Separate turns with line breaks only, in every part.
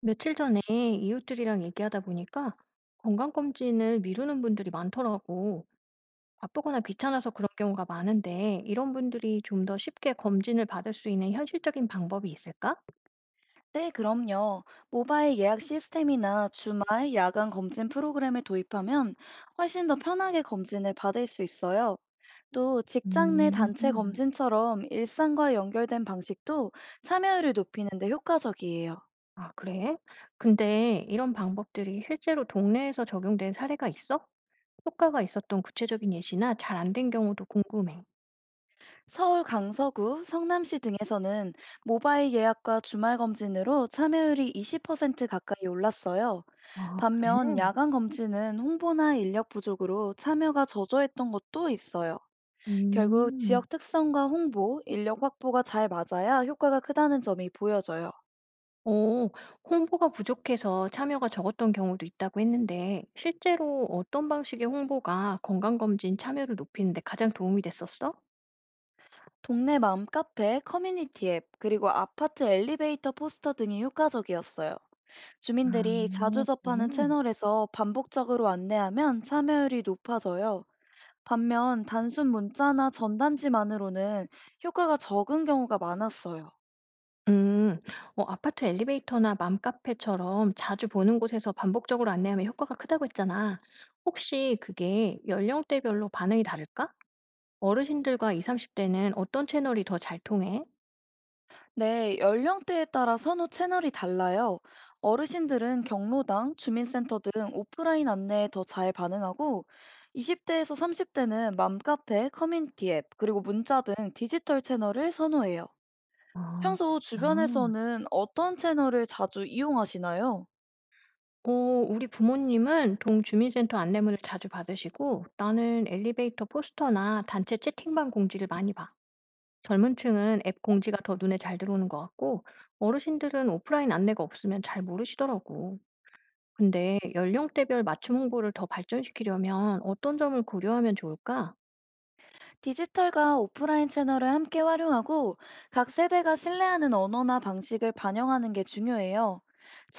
며칠 전에 이웃들이랑 얘기하다 보니까 건강검진을 미루는 분들이 많더라고. 바쁘거나 귀찮아서 그런 경우가 많은데, 이런 분들이 좀 더 쉽게 검진을 받을 수 있는 현실적인 방법이 있을까?
네, 그럼요. 모바일 예약 시스템이나 주말, 야간 검진 프로그램을 도입하면 훨씬 더 편하게 검진을 받을 수 있어요. 또 직장 내
음,
단체 검진처럼 일상과 연결된 방식도 참여율을 높이는 데 효과적이에요.
아, 그래? 근데 이런 방법들이 실제로 동네에서 적용된 사례가 있어? 효과가 있었던 구체적인 예시나 잘 안 된 경우도 궁금해.
서울 강서구, 성남시 등에서는 모바일 예약과 주말 검진으로 참여율이 20% 가까이 올랐어요.
아, 그래?
반면 야간 검진은 홍보나 인력 부족으로 참여가 저조했던 것도 있어요. 결국
음.
지역 특성과 홍보, 인력 확보가 잘 맞아야 효과가 크다는 점이 보여져요.
오, 홍보가 부족해서 참여가 적었던 경우도 있다고 했는데, 실제로 어떤 방식의 홍보가 건강검진 참여를 높이는 데 가장 도움이 됐었어?
동네 맘 카페, 커뮤니티 앱, 그리고 아파트 엘리베이터 포스터 등이 효과적이었어요.
아,
주민들이 자주
그래.
접하는 채널에서 반복적으로 안내하면 참여율이 높아져요. 반면 단순 문자나 전단지만으로는 효과가 적은 경우가 많았어요.
음, 어, 아파트 엘리베이터나 맘카페처럼 자주 보는 곳에서 반복적으로 안내하면 효과가 크다고 했잖아. 혹시 그게 연령대별로 반응이 다를까? 어르신들과 20, 30대는 어떤 채널이 더 잘 통해?
네, 연령대에 따라 선호 채널이 달라요. 어르신들은 경로당, 주민센터 등 오프라인 안내에 더 잘 반응하고, 20대에서 30대는 맘카페, 커뮤니티 앱, 그리고 문자 등 디지털 채널을 선호해요.
아,
평소
그렇구나.
주변에서는 어떤 채널을 자주 이용하시나요?
어 우리 부모님은 동주민센터 안내문을 자주 받으시고 나는 엘리베이터 포스터나 단체 채팅방 공지를 많이 봐. 젊은 층은 앱 공지가 더 눈에 잘 들어오는 것 같고 어르신들은 오프라인 안내가 없으면 잘 모르시더라고. 근데 연령대별 맞춤 홍보를 더 발전시키려면 어떤 점을 고려하면 좋을까?
디지털과 오프라인 채널을 함께 활용하고 각 세대가 신뢰하는 언어나 방식을 반영하는 게 중요해요.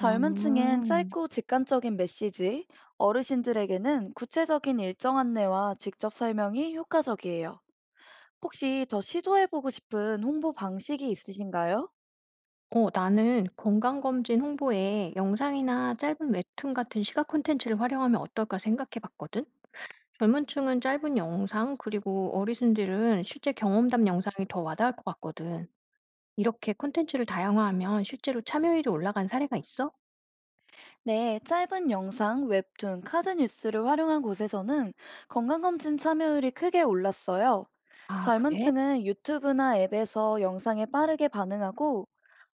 아,
층엔 짧고 직관적인 메시지, 어르신들에게는 구체적인 일정 안내와 직접 설명이 효과적이에요. 혹시 더 시도해보고 싶은 홍보 방식이 있으신가요?
어, 나는 건강검진 홍보에 영상이나 짧은 웹툰 같은 시각 콘텐츠를 활용하면 어떨까 생각해 봤거든? 젊은 층은 짧은 영상, 그리고 어리순절은 실제 경험담 영상이 더 와닿을 것 같거든. 이렇게 콘텐츠를 다양화하면 실제로 참여율이 올라간 사례가 있어?
네, 짧은 영상, 웹툰, 카드 뉴스를 활용한 곳에서는 건강검진 참여율이 크게 올랐어요.
아,
젊은
그래?
층은 유튜브나 앱에서 영상에 빠르게 반응하고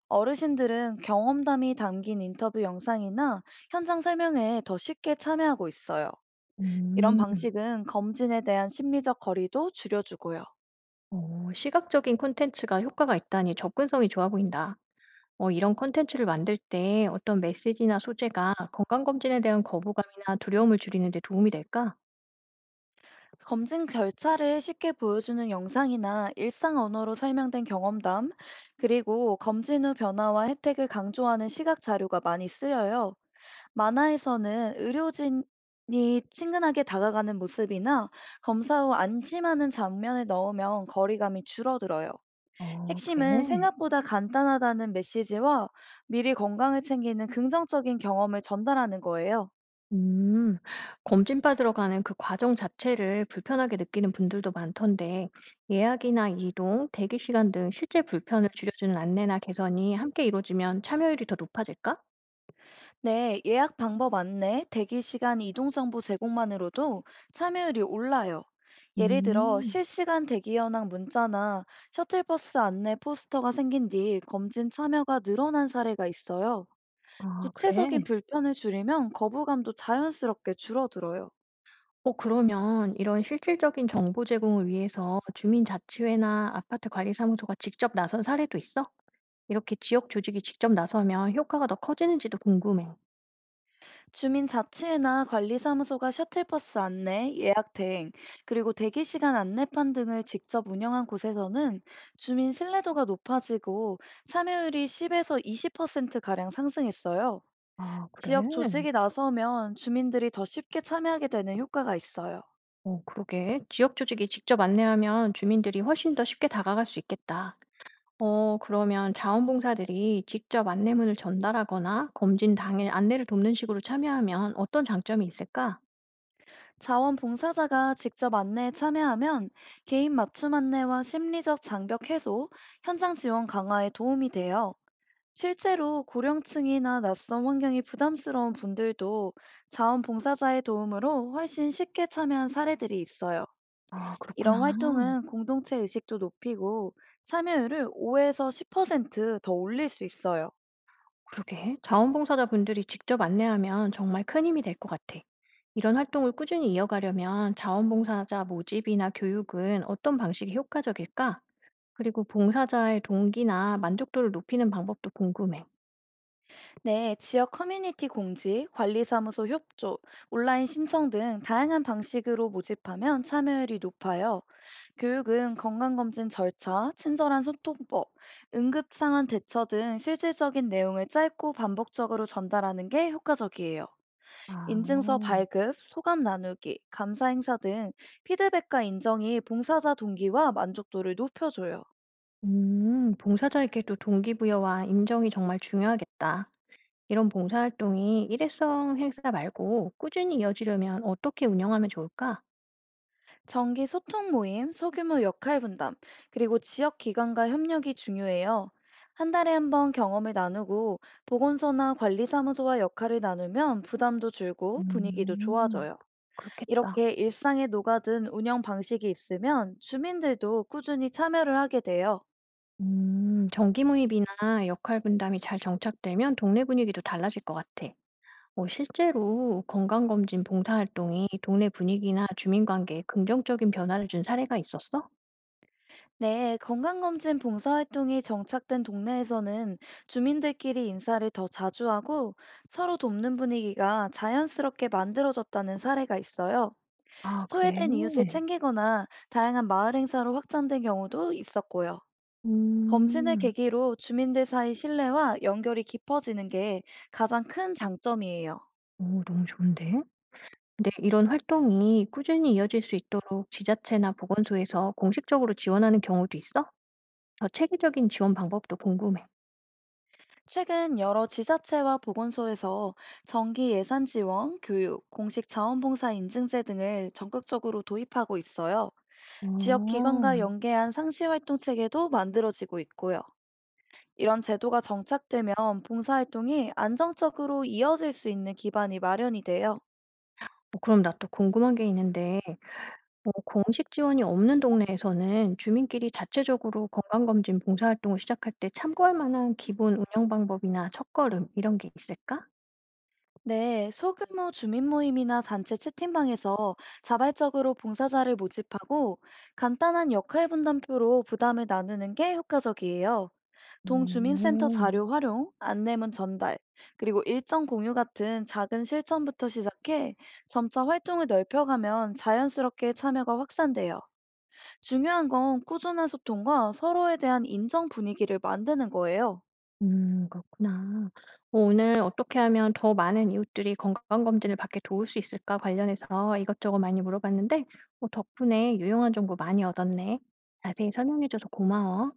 어르신들은 경험담이 담긴 인터뷰 영상이나 현장 설명회에 더 쉽게 참여하고 있어요. 이런
음,
방식은 검진에 대한 심리적 거리도 줄여주고요.
어, 시각적인 콘텐츠가 효과가 있다니 접근성이 좋아 보인다. 어, 이런 콘텐츠를 만들 때 어떤 메시지나 소재가 건강검진에 대한 거부감이나 두려움을 줄이는 데 도움이 될까?
검증 절차를 쉽게 보여주는 영상이나 일상 언어로 설명된 경험담, 그리고 검진 후 변화와 혜택을 강조하는 시각 자료가 많이 쓰여요. 만화에서는 의료진이 친근하게 다가가는 모습이나 검사 후 안심하는 장면을 넣으면 거리감이 줄어들어요.
어, 그래?
핵심은 생각보다 간단하다는 메시지와 미리 건강을 챙기는 긍정적인 경험을 전달하는 거예요.
음. 검진 받으러 가는 그 과정 자체를 불편하게 느끼는 분들도 많던데, 예약이나 이동, 대기 시간 등 실제 불편을 줄여주는 안내나 개선이 함께 이루어지면 참여율이 더 높아질까?
네, 예약 방법 안내, 대기 시간 이동 정보 제공만으로도 참여율이 올라요. 예를 들어
음,
실시간 대기 현황 문자나 셔틀버스 안내 포스터가 생긴 뒤 검진 참여가 늘어난 사례가 있어요.
아, 그래?
구체적인 불편을 줄이면 거부감도 자연스럽게 줄어들어요.
어, 그러면 이런 실질적인 정보 제공을 위해서 주민자치회나 아파트 관리사무소가 직접 나선 사례도 있어? 이렇게 지역 조직이 직접 나서면 효과가 더 커지는지도 궁금해.
주민자치회나 관리사무소가 셔틀버스 안내, 예약 대행, 그리고 대기시간 안내판 등을 직접 운영한 곳에서는 주민 신뢰도가 높아지고 참여율이 10에서 20%가량 상승했어요.
아, 그래?
지역 조직이 나서면 주민들이 더 쉽게 참여하게 되는 효과가 있어요.
어, 그러게. 지역 조직이 직접 안내하면 주민들이 훨씬 더 쉽게 다가갈 수 있겠다. 어, 그러면 자원봉사들이 직접 안내문을 전달하거나 검진 당일 안내를 돕는 식으로 참여하면 어떤 장점이 있을까?
자원봉사자가 직접 안내에 참여하면 개인 맞춤 안내와 심리적 장벽 해소, 현장 지원 강화에 도움이 돼요. 실제로 고령층이나 낯선 환경이 부담스러운 분들도 자원봉사자의 도움으로 훨씬 쉽게 참여한 사례들이 있어요.
아, 그렇구나.
이런 활동은 공동체 의식도 높이고 참여율을 5에서 10%더 올릴 수 있어요.
그러게. 자원봉사자분들이 직접 안내하면 정말 큰 힘이 될 것 같아. 이런 활동을 꾸준히 이어가려면 자원봉사자 모집이나 교육은 어떤 방식이 효과적일까? 그리고 봉사자의 동기나 만족도를 높이는 방법도 궁금해.
네, 지역 커뮤니티 공지, 관리사무소 협조, 온라인 신청 등 다양한 방식으로 모집하면 참여율이 높아요. 교육은 건강검진 절차, 친절한 소통법, 응급상황 대처 등 실질적인 내용을 짧고 반복적으로 전달하는 게 효과적이에요.
아.
인증서 발급, 소감 나누기, 감사 행사 등 피드백과 인정이 봉사자 동기와 만족도를 높여줘요.
봉사자에게도 동기부여와 인정이 정말 중요하겠다. 이런 봉사활동이 일회성 행사 말고 꾸준히 이어지려면 어떻게 운영하면 좋을까?
정기 소통 모임, 소규모 역할 분담, 그리고 지역 기관과 협력이 중요해요. 한 달에 한 번 경험을 나누고 보건소나 관리사무소와 역할을 나누면 부담도 줄고 분위기도
음,
좋아져요.
그렇겠다.
이렇게 일상에 녹아든 운영 방식이 있으면 주민들도 꾸준히 참여를 하게 돼요.
정기모임이나 역할 분담이 잘 정착되면 동네 분위기도 달라질 것 같아. 어, 실제로 건강검진 봉사활동이 동네 분위기나 주민관계에 긍정적인 변화를 준 사례가 있었어?
네, 건강검진 봉사활동이 정착된 동네에서는 주민들끼리 인사를 더 자주 하고 서로 돕는 분위기가 자연스럽게 만들어졌다는 사례가 있어요.
아, 그래?
소외된 이웃을 챙기거나 다양한 마을 행사로 확장된 경우도 있었고요. 검진을
음,
계기로 주민들 사이 신뢰와 연결이 깊어지는 게 가장 큰 장점이에요.
오, 너무 좋은데? 네, 이런 활동이 꾸준히 이어질 수 있도록 지자체나 보건소에서 공식적으로 지원하는 경우도 있어? 더 체계적인 지원 방법도 궁금해.
최근 여러 지자체와 보건소에서 정기 예산 지원, 교육, 공식 자원봉사 인증제 등을 적극적으로 도입하고 있어요.
어,
지역
어,
기관과 연계한 상시활동 체계도 만들어지고 있고요. 이런 제도가 정착되면 봉사활동이 안정적으로 이어질 수 있는 기반이 마련이 돼요.
그럼 나 또 궁금한 게 있는데, 뭐 공식 지원이 없는 동네에서는 주민끼리 자체적으로 건강검진 봉사활동을 시작할 때 참고할 만한 기본 운영 방법이나 첫걸음 이런 게 있을까?
네, 소규모 주민 모임이나 단체 채팅방에서 자발적으로 봉사자를 모집하고 간단한 역할 분담표로 부담을 나누는 게 효과적이에요. 동주민센터
음.
자료 활용, 안내문 전달, 그리고 일정 공유 같은 작은 실천부터 시작해 점차 활동을 넓혀가면 자연스럽게 참여가 확산돼요. 중요한 건 꾸준한 소통과 서로에 대한 인정 분위기를 만드는 거예요.
음, 그렇구나. 어 오늘 어떻게 하면 더 많은 이웃들이 건강검진을 받게 도울 수 있을까 관련해서 이것저것 많이 물어봤는데 어 덕분에 유용한 정보 많이 얻었네. 자세히 설명해 줘서 고마워.